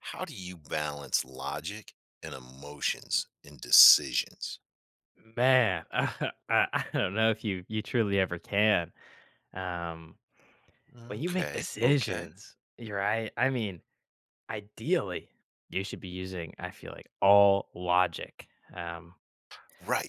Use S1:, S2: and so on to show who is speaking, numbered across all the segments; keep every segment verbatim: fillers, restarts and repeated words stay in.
S1: How do you balance logic and emotions in decisions?
S2: Man, I I don't know if you you truly ever can. Um, when you make
S1: Okay, okay.
S2: decisions, you're right. I mean, ideally, you should be using, I feel like, all logic. Um,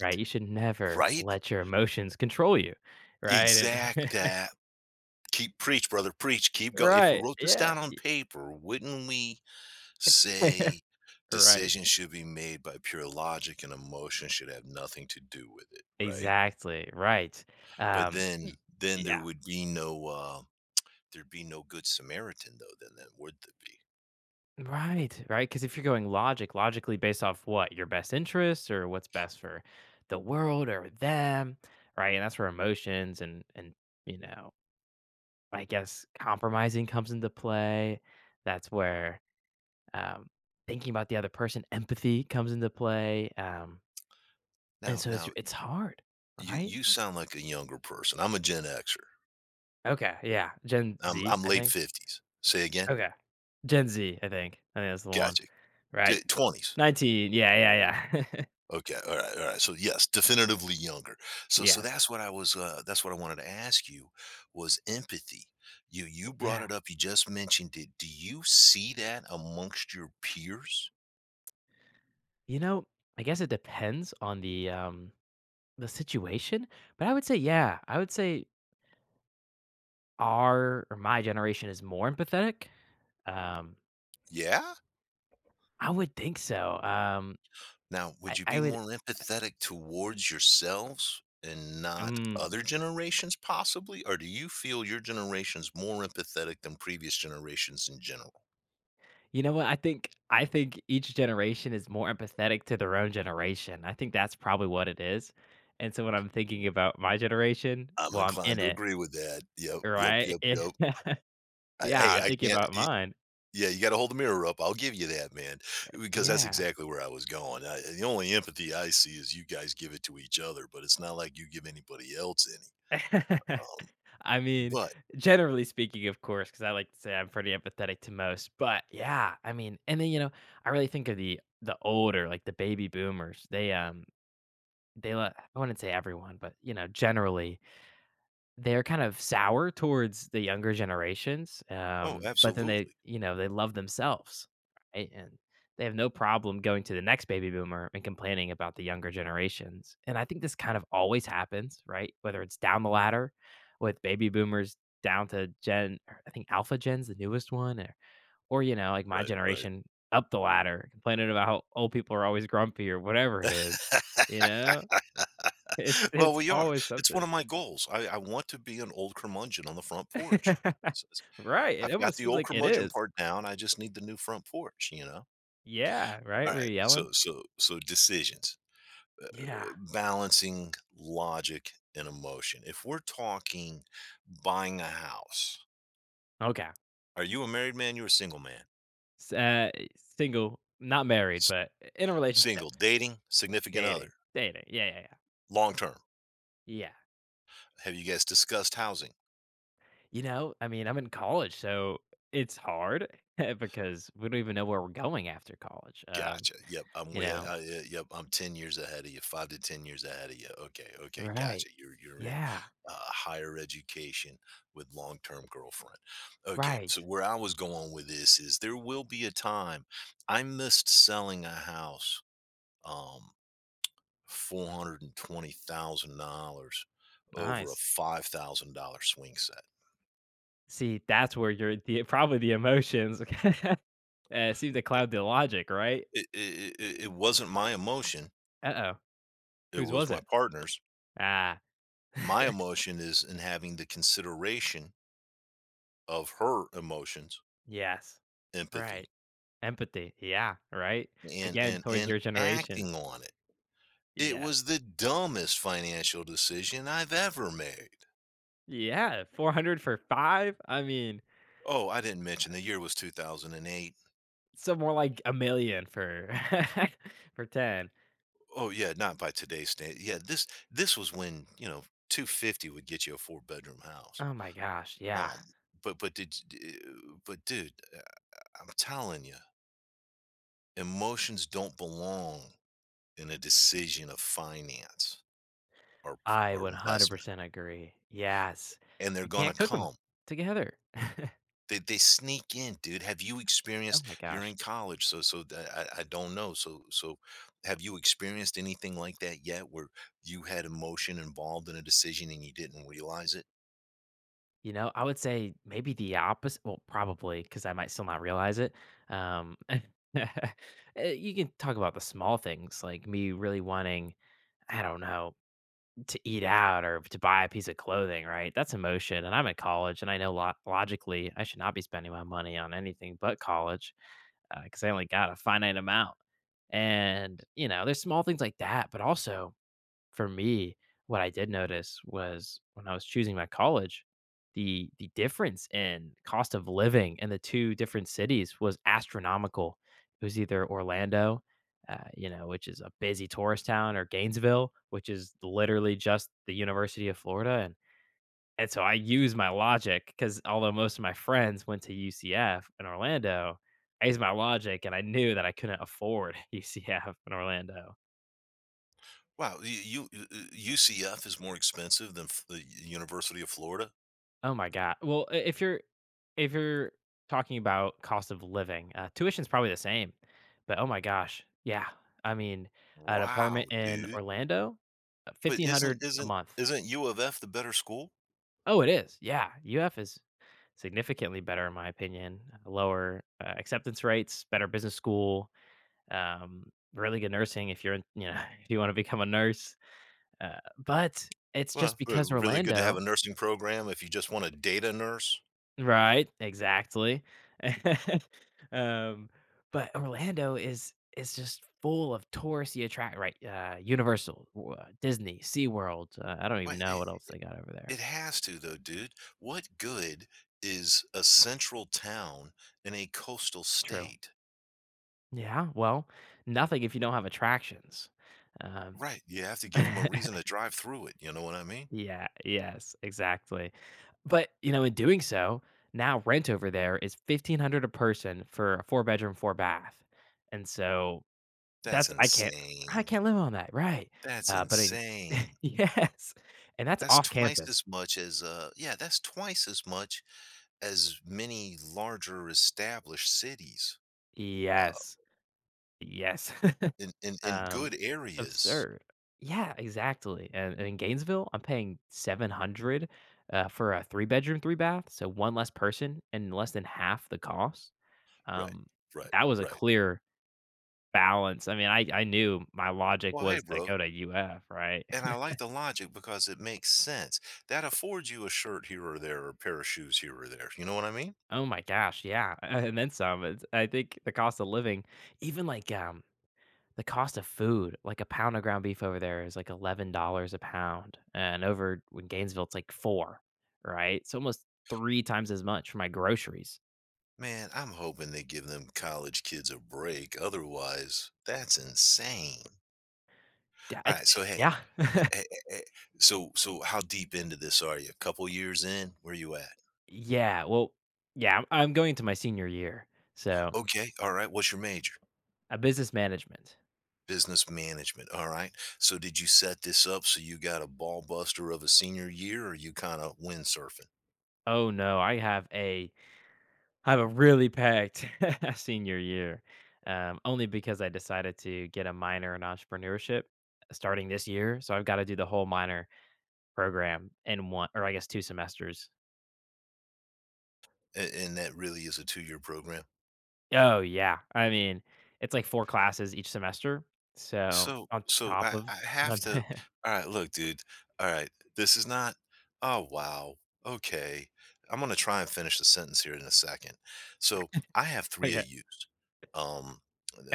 S2: right? You should never
S1: right.
S2: let your emotions control you, right? And
S1: Exact that. Keep preach, brother, preach. Keep going. If we
S2: right,
S1: wrote this
S2: yeah,
S1: down on paper, wouldn't we say
S2: right,
S1: decisions should be made by pure logic and emotion should have nothing to do with it, right?
S2: exactly, right.
S1: But
S2: Um, y-
S1: then, then there
S2: yeah,
S1: would be no, uh, there'd be no good Samaritan though. Then, then would there be?
S2: right, right. Because if you're going logic, logically based off what? Your best interests or what's best for the world or them, right? And that's where emotions and and, you know, I guess compromising comes into play. That's where, um, thinking about the other person, empathy comes into play, um, and
S1: Now,
S2: so it's
S1: now
S2: it's hard,
S1: you
S2: right?
S1: you sound like a younger person. I'm a Gen Xer.
S2: Okay, yeah, Gen
S1: I'm
S2: Z,
S1: I'm
S2: I
S1: late
S2: think?
S1: fifties. Say again?
S2: Okay. Gen Z, I think. I think that's the one.
S1: Gotcha.
S2: Right.
S1: twenties.
S2: nineteen, yeah, yeah, yeah.
S1: Okay, alright, alright, so yes, definitively younger. So so
S2: Yes.
S1: that's what I was, uh that's what I wanted to ask you was empathy. You you brought
S2: Yeah.
S1: it up, you just mentioned it. Do you see that amongst your peers?
S2: You know, I guess it depends on the um the situation, but I would say yeah, I would say our or my generation is more empathetic. Um,
S1: Yeah?
S2: I would think so. Um,
S1: Now, would
S2: I,
S1: you
S2: I
S1: be
S2: would.
S1: more empathetic towards yourselves and not
S2: Um,
S1: other generations possibly? Or do you feel your generation's more empathetic than previous generations in general?
S2: you know what? I think I think each generation is more empathetic to their own generation. I think that's probably what it is. And so when I'm thinking about my generation,
S1: I'm
S2: well, I'm
S1: inclined
S2: in
S1: to
S2: it,
S1: agree with that. Yep, yep,
S2: right?
S1: yep, yep. I
S2: yeah,
S1: hey,
S2: I'm
S1: I
S2: thinking
S1: can't
S2: about
S1: y
S2: mine.
S1: yeah, you gotta hold the mirror up, I'll give you that, man, because that's
S2: Yeah.
S1: exactly where I was going. I The only empathy I see is you guys give it to each other, but it's not like you give anybody else any. Um,
S2: I mean,
S1: but
S2: generally speaking, of course, because I like to say I'm pretty empathetic to most. But yeah, I mean, and then you know, I really think of the the older, like the baby boomers. They um, they let I wouldn't say everyone, but you know, generally, they're kind of sour towards the younger generations,
S1: Oh,
S2: um, but then they,
S1: absolutely.
S2: you know, they love themselves, right? And they have no problem going to the next baby boomer and complaining about the younger generations. And I think this kind of always happens, right? Whether it's down the ladder with baby boomers down to Gen, or I think Alpha Gen's the newest one, or, or you know, like my
S1: Right, right.
S2: generation up the ladder, complaining about how old people are always grumpy or whatever it is. You know, it's
S1: Well,
S2: it's
S1: we are.
S2: always
S1: It's
S2: something.
S1: one of my goals. I I want to be an old curmudgeon on the front porch. It's it's
S2: Right, it
S1: I've got
S2: almost
S1: the
S2: seems
S1: old
S2: like it
S1: curmudgeon
S2: is.
S1: part down, I just need the new front porch, you know?
S2: Yeah,
S1: All
S2: right? Were
S1: right.
S2: you yelling?
S1: So so so decisions, uh,
S2: Yeah,
S1: balancing logic and emotion. If we're talking buying a house,
S2: okay.
S1: are you a married man? You're a single man.
S2: S uh, Single, not married,
S1: S-
S2: but in a
S1: Single,
S2: relationship,
S1: dating, significant
S2: dating,
S1: other,
S2: dating. Yeah, yeah, yeah.
S1: long term.
S2: Yeah.
S1: Have you guys discussed housing?
S2: You know, I mean, I'm in college, so it's hard because we don't even know where we're going after college, um,
S1: Gotcha. Yep. I'm
S2: you
S1: way.
S2: know?
S1: Uh, uh, yep. I'm ten years ahead of you. Five to ten years ahead of you. Okay. Okay. Gotcha.
S2: Right.
S1: You're you're in
S2: Yeah,
S1: uh, higher education with long term girlfriend. Okay.
S2: right.
S1: So where I was going with this is there will be a time I missed selling a house um four hundred and twenty thousand dollars over a
S2: Nice.
S1: five thousand dollar swing set.
S2: See, that's where you're. The probably the emotions, uh, seem to
S1: It,
S2: cloud the logic, right?
S1: it, it, it it wasn't my emotion.
S2: Uh-oh,
S1: It
S2: whose
S1: was
S2: was
S1: my
S2: it?
S1: partner's.
S2: Ah,
S1: My emotion is in having the consideration of her emotions,
S2: yes, right.
S1: empathy,
S2: Empathy, yeah, right?
S1: and
S2: Again,
S1: and
S2: towards
S1: and
S2: your generation.
S1: acting on it. It was
S2: Yes.
S1: the dumbest financial decision I've ever made.
S2: Yeah, four hundred for five? I mean,
S1: Oh, I didn't mention the year was two thousand eight.
S2: so more like a million for for ten.
S1: Oh yeah, not by today's standard. Yeah, this this was when, you know, two fifty would get you a four bedroom house.
S2: Oh my gosh, yeah.
S1: Um but but did d- uh, but dude, uh, I'm telling you, emotions don't belong in a decision of finance or
S2: I
S1: or investment
S2: one hundred percent agree. Yes.
S1: and they're
S2: You
S1: going to
S2: can't cook cook them
S1: come.
S2: together.
S1: They they sneak in, dude. Have you
S2: Oh
S1: experienced
S2: my
S1: You're
S2: gosh.
S1: in college, so so th- I, I don't know. So so have you experienced anything like that yet where you had emotion involved in a decision and you didn't realize it?
S2: You know, I would say maybe the opposite. Well, probably because I might still not realize it. Um, eh, you can talk about the small things like me really wanting, I don't know, to eat out or to buy a piece of clothing, right? That's emotion. And I'm at college and I know lo- logically I should not be spending my money on anything but college because I only got a finite amount. And, you know, there's small things like that, but also for me, what I did notice was when I was choosing my college, the the difference in cost of living in the two different cities was astronomical. It was either Orlando, uh, you know, which is a busy tourist town, or Gainesville, which is literally just the University of Florida, and and so I used my logic because although most of my friends went to U C F in Orlando, I used my logic and I knew that I couldn't afford U C F in Orlando.
S1: Wow, you, you uh, U C F is more expensive than f- the University of Florida?
S2: Oh my god. Well, i- if you're if you're talking about cost of living, uh, tuition's probably the same. But oh my gosh, yeah. I mean, an
S1: Wow,
S2: apartment in
S1: dude.
S2: Orlando, uh,
S1: But
S2: fifteen
S1: isn't
S2: hundred a
S1: isn't
S2: month.
S1: isn't U of F the better school?
S2: Oh, it is. Yeah, U F is significantly better in my opinion. Uh, Lower uh, acceptance rates, better business school, um, really good nursing if you're in, you know if you want to become a nurse. Uh, but it's
S1: Well,
S2: just
S1: re-
S2: because
S1: really good to have a
S2: Orlando
S1: nursing program if you just want to date a data nurse.
S2: right, exactly. Um, but Orlando is is just full of touristy attract right, uh, Universal, w uh, Disney, SeaWorld, uh, I don't
S1: Wait,
S2: even know what else they got over
S1: it
S2: there.
S1: has to though, dude. What good is a central town in a coastal
S2: True.
S1: state?
S2: Yeah, well, nothing if you don't have attractions. Um
S1: Right, you have to give them a reason to drive through it, you know what I mean?
S2: Yeah, yes, exactly. But, you know, in doing so, now rent over there is fifteen hundred a person for a four-bedroom, four-bath, and so
S1: That's
S2: That's I can't I
S1: insane.
S2: can't live on that, right,
S1: That's
S2: uh, but in
S1: insane.
S2: yes, and that's
S1: That's
S2: off
S1: twice
S2: campus.
S1: as much as, uh yeah, that's twice as much as many larger established cities, uh,
S2: Yes, yes,
S1: in in in
S2: um,
S1: good areas.
S2: absurd. Yeah, exactly, and and in Gainesville, I'm paying seven hundred, uh, for a three-bedroom, three-bath, so one less person and less than half the cost,
S1: Right,
S2: um,
S1: right,
S2: that was a
S1: right.
S2: clear balance. I mean, I I knew my logic
S1: Well, hey,
S2: was to
S1: bro,
S2: go to U F, right?
S1: and I like the logic because it makes sense. That affords you a shirt here or there or a pair of shoes here or there. You know what I mean?
S2: Oh my gosh, yeah, and then some. It's I think the cost of living, even like, um, the cost of food, like a pound of ground beef over there is like eleven dollars a pound, and over in Gainesville, it's like four, right? It's almost three times as much for my groceries.
S1: Man, I'm hoping they give them college kids a break. Otherwise, that's insane.
S2: Yeah,
S1: All right, so
S2: it's
S1: hey,
S2: yeah.
S1: eh, eh, eh, eh, so so how deep into this are you? A couple years in? Where you at?
S2: Yeah, well, yeah, I'm I'm going to my senior year, so,
S1: Okay, all right. What's your major?
S2: a business management.
S1: Business management. All right. So did you set this up so you got a ball buster of a senior year, or you kind of windsurfing?
S2: Oh no, I have a I have a really packed senior year, um, only because I decided to get a minor in entrepreneurship starting this year. So I've got to do the whole minor program in one, or I guess two semesters.
S1: A- And that really is a two-year program.
S2: Oh, yeah. I mean, it's like four classes each semester. So
S1: So
S2: on
S1: so
S2: top
S1: I I
S2: of
S1: have
S2: my.
S1: to Alright, look, dude. Alright, this is not. Oh, wow, okay. I'm gonna try and finish the sentence here in a second. So, I have three of
S2: Okay.
S1: A U's, um,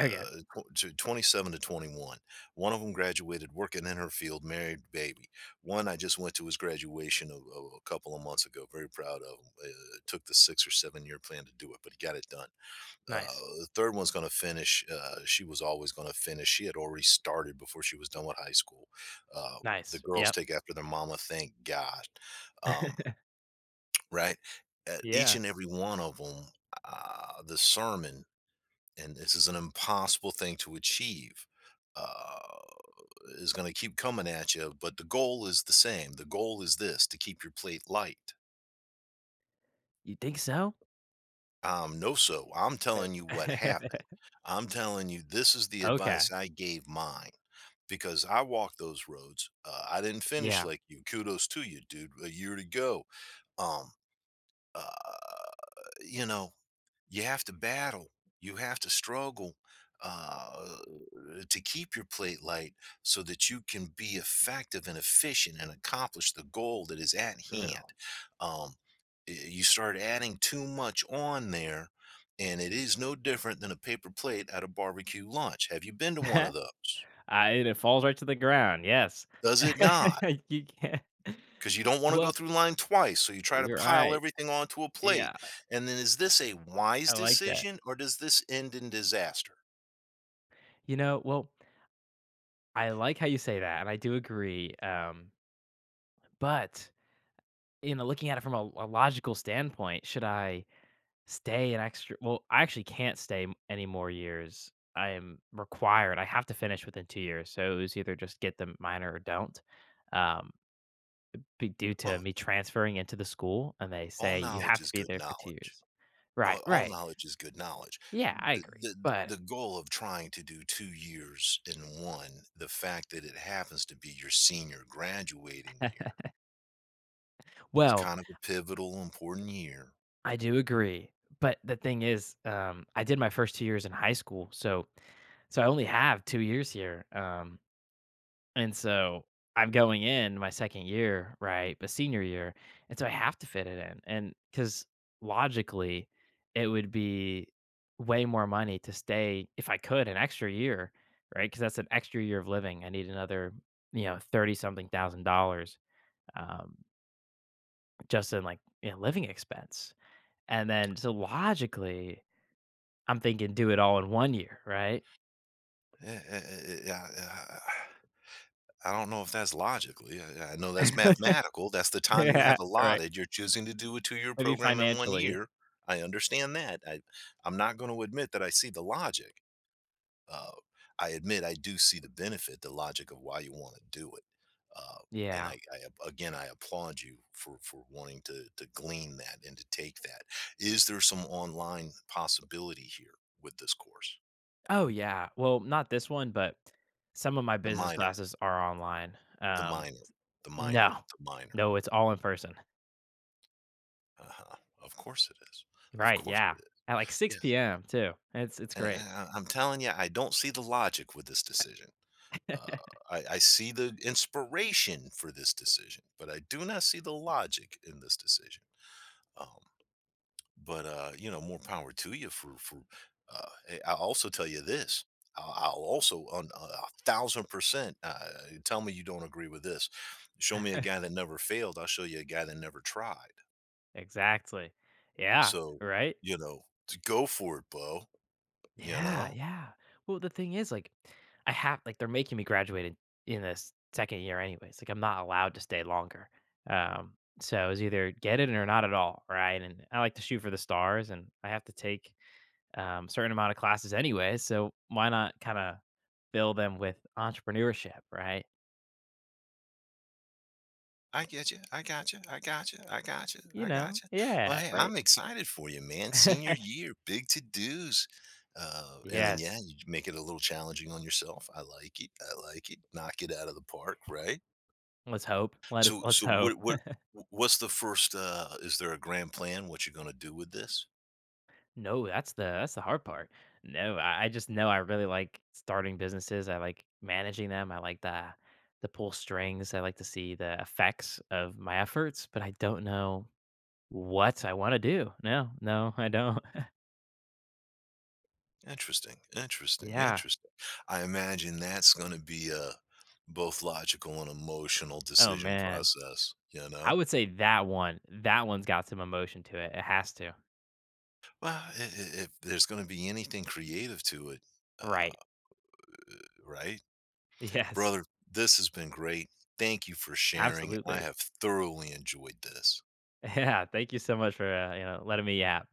S2: Okay.
S1: tw to twenty-seven to twenty-one. One of them graduated working in her field, married, baby. One I just went to his graduation a a a couple of months ago, very proud of him. Uh, it took the six or seven year plan to do it, but he got it done. uh,
S2: Nice.
S1: the third one's going to finish. Uh, she was always going to finish. She had already started before she was done with high school. Uh, the
S2: Nice.
S1: girls
S2: Yep.
S1: take after their mama. Thank God. Um, right. Uh, each
S2: Yeah.
S1: and every one of them, uh, the sermon, and this is an impossible thing to achieve. Uh, is going to keep coming at you, but the goal is the same. The goal is this to keep your plate light.
S2: You think so?
S1: Um, no, so I'm telling you what happened. I'm telling you, this is the
S2: Okay.
S1: advice I gave mine because I walked those roads. Uh, I didn't finish
S2: Yeah.
S1: like you. Kudos to you, dude. A year to go. Um, uh, you know, you have to battle. You have to struggle uh, to keep your plate light so that you can be effective and efficient and accomplish the goal that is at hand.
S2: True.
S1: Um, y- you start adding too much on there, and it is no different than a paper plate at a barbecue lunch. Have you been to one of those?
S2: Ah, and it falls right to the ground, yes.
S1: Does it not?
S2: You can't.
S1: Because you don't want to
S2: Well,
S1: go through line twice. So you try to
S2: you're
S1: pile
S2: right.
S1: everything onto a
S2: Yeah,
S1: plate. And then is this a wise
S2: I like that.
S1: decision or does this end in disaster?
S2: You know, well, I like how you say that, and I do agree, um, but, you know, looking at it from a a logical standpoint, should I stay an extra well, I actually can't stay m any more years. I am required, I have to finish within two years, so it was either just get the minor or don't, um, be due to
S1: Well,
S2: me transferring into the school, and they
S1: all
S2: say, "You
S1: knowledge
S2: have to
S1: is
S2: be
S1: good
S2: there for two
S1: knowledge.
S2: years." Right,
S1: All all
S2: right.
S1: knowledge is good knowledge.
S2: Yeah, I
S1: B
S2: agree,
S1: the
S2: but
S1: the goal of trying to do two years in one, the fact that it happens to be your senior graduating year, it's
S2: well,
S1: kind of a pivotal, important year.
S2: I do agree, but the thing is, um, I did my first two years in high school, so so I only have two years here, um, and so I'm going in my second year, right, but senior year, and so I have to fit it in, and because logically, it would be way more money to stay if I could, an extra year, right? Because that's an extra year of living, I need another, you know, thirty something thousand dollars, um, just in, like, you know, living expense, and then so logically, I'm thinking do it all in one year, right?
S1: Eh eh eh eh, I I I don't know if that's logically, I I know that's mathematical, that's the time you
S2: Yeah,
S1: have
S2: right.
S1: allotted, you're choosing to do a two-year
S2: Maybe
S1: program in one
S2: financially.
S1: year. I understand that, I I'm not gonna admit that I see the logic. uh, I admit I do see the benefit, the logic of why you want to do it, uh, and
S2: Yeah.
S1: I, I again I applaud you for for wanting to to glean that and to take that. Is there some online possibility here with this course?
S2: Oh, yeah. Well, not this one, but some of my
S1: The
S2: business
S1: minor,
S2: classes are online.
S1: the
S2: Um,
S1: minor, the minor,
S2: no.
S1: the minor.
S2: No, it's all in person.
S1: Uh-huh. Of course it is. Of
S2: Right,
S1: course
S2: yeah.
S1: it is.
S2: At, like,
S1: Yeah,
S2: six p m too. It's it's
S1: I,
S2: great.
S1: I- I'm telling you, I don't see the logic with this decision. Uh, I, I see the inspiration for this decision, but I do not see the logic in this decision. Um, but uh, you know, More power to you for for. Uh, hey, I'll also tell you this. I'll, I'll also on a thousand percent. Uh, tell me you don't agree with this. Show me a guy that never failed. I'll show you a guy that never tried.
S2: Exactly. Yeah,
S1: So
S2: right?
S1: you know, t- go for it, Bo. You
S2: Yeah,
S1: know.
S2: yeah. Well, the thing is, like, I have like they're making me graduate in in this second year anyways. Like, I'm not allowed to stay longer. Um, so it's either get it or not at all, right? And I like to shoot for the stars, and I have to take um, certain amount of classes anyway. So why not kind of fill them with entrepreneurship, right?
S1: I get you. I got you. I got you. I got you.
S2: You
S1: I
S2: know?
S1: got you. Well,
S2: Yeah,
S1: hey,
S2: right.
S1: I'm excited for you, man. Senior year, big to dos. Uh, and then,
S2: Yes.
S1: yeah, you make it a little challenging on yourself. I like it. I like it. Knock it out of the park, right?
S2: Let's hope. Let us.
S1: So,
S2: Let's
S1: so
S2: hope.
S1: what, what, what's the first? Uh, is there a grand plan? What you're going to do with this?
S2: No, that's the that's the hard part. No, I, I just know I really like starting businesses. I like managing them. I like the the pull strings. I like to see the effects of my efforts, but I don't know what I want to do. No, no, I don't.
S1: Interesting. Interesting.
S2: Yeah.
S1: Interesting. I imagine that's going to be a both logical and emotional
S2: Oh
S1: decision
S2: man.
S1: process. You
S2: I
S1: know.
S2: would say that one. That one's got some emotion to it. It has to.
S1: Well, I I if there's gonna be anything creative to it, uh,
S2: Right.
S1: right?
S2: Yes.
S1: Brother, this has been great. Thank you for sharing. I
S2: Absolutely.
S1: have thoroughly enjoyed this.
S2: Yeah. Thank you so much for uh, you know letting me yap.